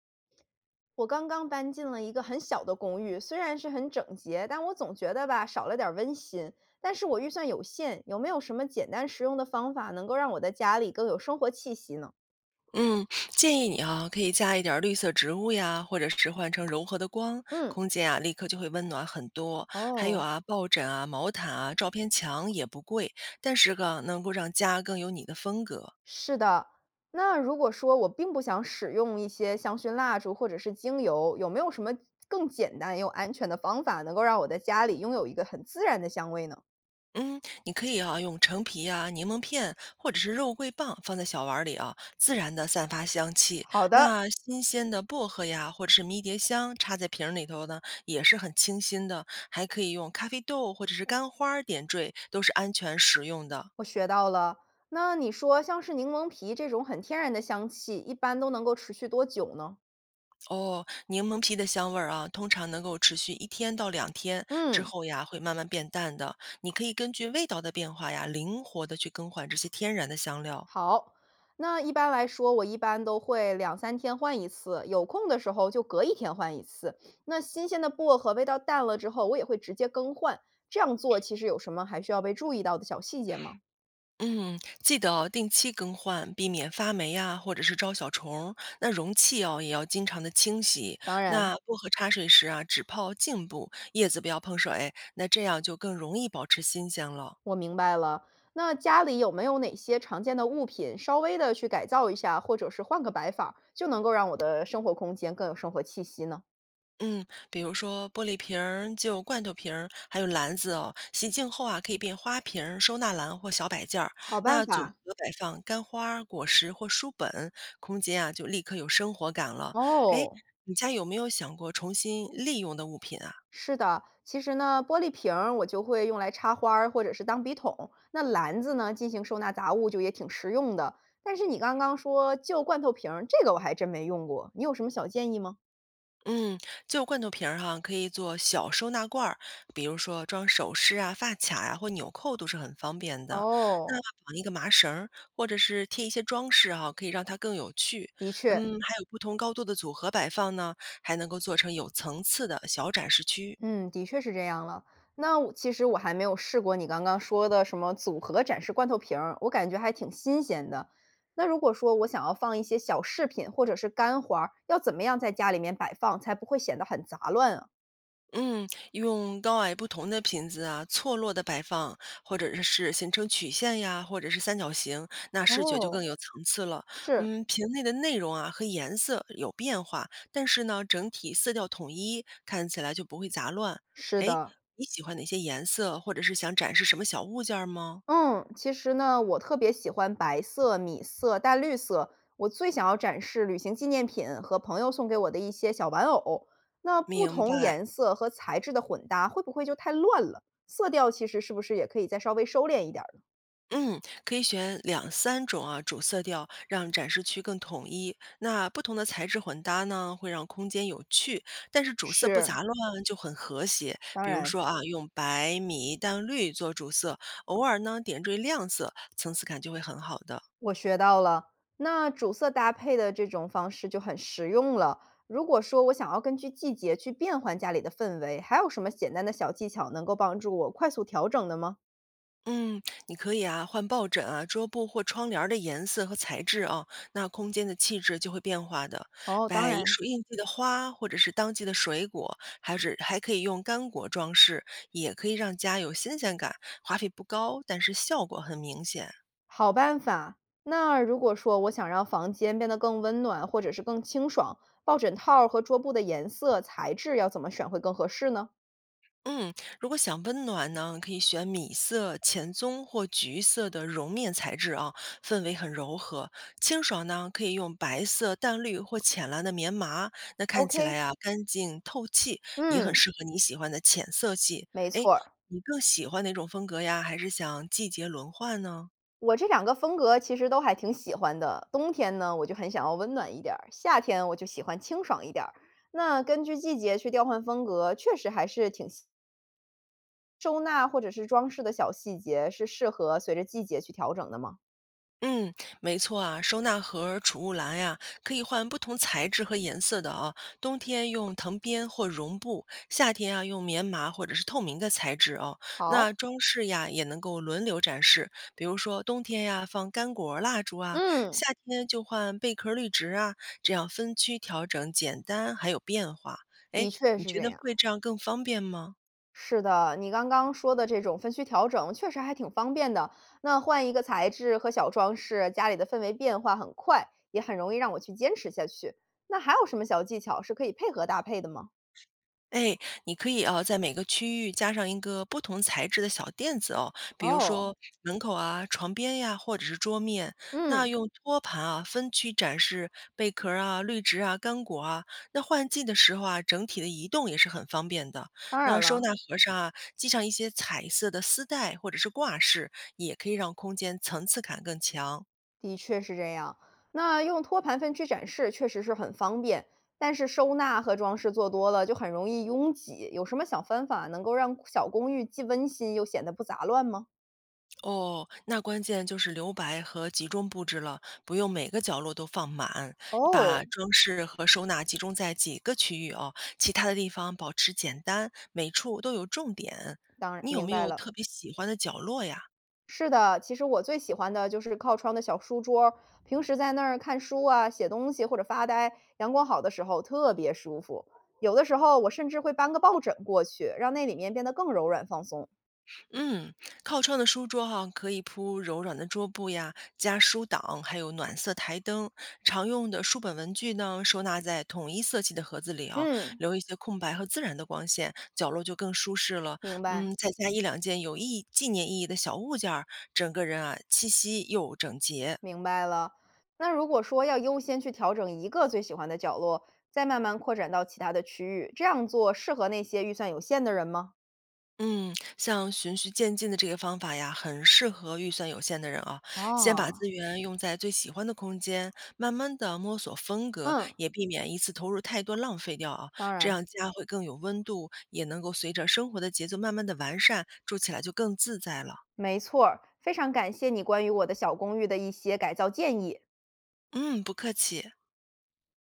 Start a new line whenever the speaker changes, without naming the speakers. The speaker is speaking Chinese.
我刚刚搬进了一个很小的公寓，虽然是很整洁，但我总觉得吧少了点儿温馨。但是我预算有限，有没有什么简单实用的方法能够让我的家里更有生活气息呢？
嗯，建议你啊，可以加一点儿绿色植物呀，或者是换成柔和的光，
嗯，
空间啊立刻就会温暖很多。还有
哦，
啊，抱枕啊、毛毯啊、照片墙也不贵，但是个能够让家更有你的风格。
是的。那如果说我并不想使用一些香薰蜡烛或者是精油，有没有什么更简单又安全的方法能够让我的家里拥有一个很自然的香味呢？
嗯，你可以啊，用橙皮呀、柠檬片或者是肉桂棒放在小碗儿里啊，自然的散发香气。
好的，
那新鲜的薄荷呀，或者是迷迭香插在瓶儿里头呢，也是很清新的。还可以用咖啡豆或者是干花儿点缀，都是安全实用的。
我学到了。那你说像是柠檬皮这种很天然的香气，一般都能够持续多久呢？
哦，柠檬皮的香味儿啊，通常能够持续一天到两天，之
嗯，
后呀会慢慢变淡的。你可以根据味道的变化呀，灵活的去更换这些天然的香料。
好。那一般来说，我一般都会两三天换一次，有空的时候就隔一天换一次。那新鲜的薄荷味道淡了之后，我也会直接更换。这样做其实有什么还需要被注意到的小细节吗？
嗯，记得哦，定期更换，避免发霉啊，或者是招小虫儿，那容器哦，也要经常的清洗。
当然，
那薄荷茶水时啊，只泡茎部，叶子不要碰水。那这样就更容易保持新鲜了。
我明白了。那家里有没有哪些常见的物品，稍微的去改造一下，或者是换个摆法儿就能够让我的生活空间更有生活气息呢？
嗯，比如说玻璃瓶儿、旧罐头瓶儿，还有篮子哦，洗净后啊，可以变花瓶儿、收纳篮或小摆件儿。
好办
那组
法。
合摆放干花儿、果实或书本，空间啊就立刻有生活感了。哎，
哦，
你家有没有想过重新利用的物品啊？
是的，其实呢，玻璃瓶儿我就会用来插花儿或者是当笔筒，那篮子呢，进行收纳杂物就也挺实用的。但是你刚刚说旧罐头瓶儿，这个我还真没用过，你有什么小建议吗？
嗯，旧罐头瓶儿哈，可以做小收纳罐儿，比如说装首饰啊、发卡呀、或纽扣都是很方便的。那
哦，
绑一个麻绳儿，或者是贴一些装饰哈、可以让它更有趣。
的确，
嗯，还有不同高度的组合摆放呢，还能够做成有层次的小展示区。
嗯，的确是这样了。那我其实还没有试过你刚刚说的什么组合展示罐头瓶儿，我感觉还挺新鲜的。那如果说我想要放一些小饰品或者是干花儿，要怎么样在家里面摆放，才不会显得很杂乱啊？
嗯，用高矮不同的瓶子啊，错落的摆放，或者是形成曲线呀，或者是三角形，那视觉就
哦，
更有层次了。
是
嗯，瓶内的内容啊和颜色有变化，但是呢，整体色调统一，看起来就不会杂乱。
是
哎，
的，
你喜欢哪些颜色，或者是想展示什么小物件儿吗？
嗯，其实呢，我特别喜欢白色、米色、淡绿色。我最想要展示旅行纪念品和朋友送给我的一些小玩偶。那不
明
同
白。
颜色和材质的混搭会不会就太乱了？色调其实是不是也可以再稍微收敛一点儿呢？
嗯，可以选两三种啊主色调，让展示区更统一。那不同的材质混搭呢，会让空间有趣，但是主色不
是，
杂乱就很和谐。
当
比如
然，
说啊，用白、米、淡绿做主色，偶尔呢点缀亮色，层次感就会很好的。
我学到了。那主色搭配的这种方式就很实用了。如果说我想要根据季节去变换家里的氛围，还有什么简单的小技巧能够帮助我快速调整的吗？
嗯，你可以啊，换抱枕啊、桌布或窗帘儿的颜色和材质啊，那空间的气质就会变化的。
哦，当
摆一
然。
术应季的花，或者是当季的水果，还是还可以用干果装饰，也可以让家有新鲜感，花费不高，但是效果很明显。
好办法。那如果说我想让房间变得更温暖，或者是更清爽，抱枕套儿和桌布的颜色、材质要怎么选会更合适呢
嗯，如果想温暖呢，可以选米色、浅棕或橘色的绒面材质啊，氛围很柔和。清爽呢，可以用白色、淡绿或浅蓝的棉麻，那看起来
？OK，
呀、干净透气，也很
嗯，
适合你喜欢的浅色系。
没
哎，
错儿，
你更喜欢哪种风格呀？还是想季节轮换呢？
我这两个风格其实都还挺喜欢的。冬天呢，我就很想要温暖一点儿；夏天我就喜欢清爽一点儿。那根据季节去调换风格，确实还是挺细，收纳或者是装饰的小细节是适合随着季节去调整的吗？
嗯，没错啊，收纳盒儿、储物篮呀，可以换不同材质和颜色的啊。冬天用藤编或绒布，夏天啊用棉麻或者是透明的材质哦。那
好，
装饰呀也能够轮流展示，比如说冬天呀放干果儿蜡烛啊，
嗯，
夏天就换贝壳儿绿植啊，这样分区调整，简单还有变化。
的
哎，
确
你
是
觉
这
得
样。
会这样更方便吗？
是的，你刚刚说的这种分区调整确实还挺方便的。那换一个材质和小装饰，家里的氛围变化很快，也很容易让我去坚持下去。那还有什么小技巧是可以配合搭配的吗？
哎，你可以啊，在每个区域加上一个不同材质的小垫子哦，比如
哦，
说门口啊、床边呀，或者是桌面。那
嗯，
用托盘啊分区展示贝壳儿啊、绿植啊、干果啊。那换季的时候啊，整体的移动也是很方便的。
当然
那收
了，
纳盒上啊，系上一些彩色的丝带或者是挂饰，也可以让空间层次感更强。
的确是这样。那用托盘分区展示确实是很方便，但是收纳和装饰做多了就很容易拥挤。有什么小方法能够让小公寓既温馨又显得不杂乱吗？
哦，那关键就是留白和集中布置了，不用每个角落都放满，
哦，
把装饰和收纳集中在几个区域哦，其他的地方保持简单，每处都有重点。
当然
你有
明
没
白
有
了。
特别喜欢的角落呀？
是的，其实我最喜欢的就是靠窗的小书桌，平时在那儿看书啊、写东西或者发呆，阳光好的时候特别舒服。有的时候我甚至会搬个抱枕过去，让那里面变得更柔软放松。
嗯，靠窗的书桌哈、可以铺柔软的桌布呀，加书挡，还有暖色台灯。常用的书本文具呢，收纳在统一色系的盒子里啊，
嗯，
留一些空白和自然的光线，角落就更舒适了。
明白，
嗯，再加一两件有意义、纪念意义的小物件儿，整个人啊，气息又整洁。
明白了。那如果说要优先去调整一个最喜欢的角落，再慢慢扩展到其他的区域，这样做适合那些预算有限的人吗？
嗯，像循序渐进的这个方法呀，很适合预算有限的人啊。先把
哦，
资源用在最喜欢的空间，慢慢的摸索风格，
嗯，
也避免一次投入太多浪费掉啊。
当
这
然，
样家会更有温度，也能够随着生活的节奏慢慢的完善，住起来就更自在了。
没错儿。非常感谢你关于我的小公寓的一些改造建议。
嗯，不客气。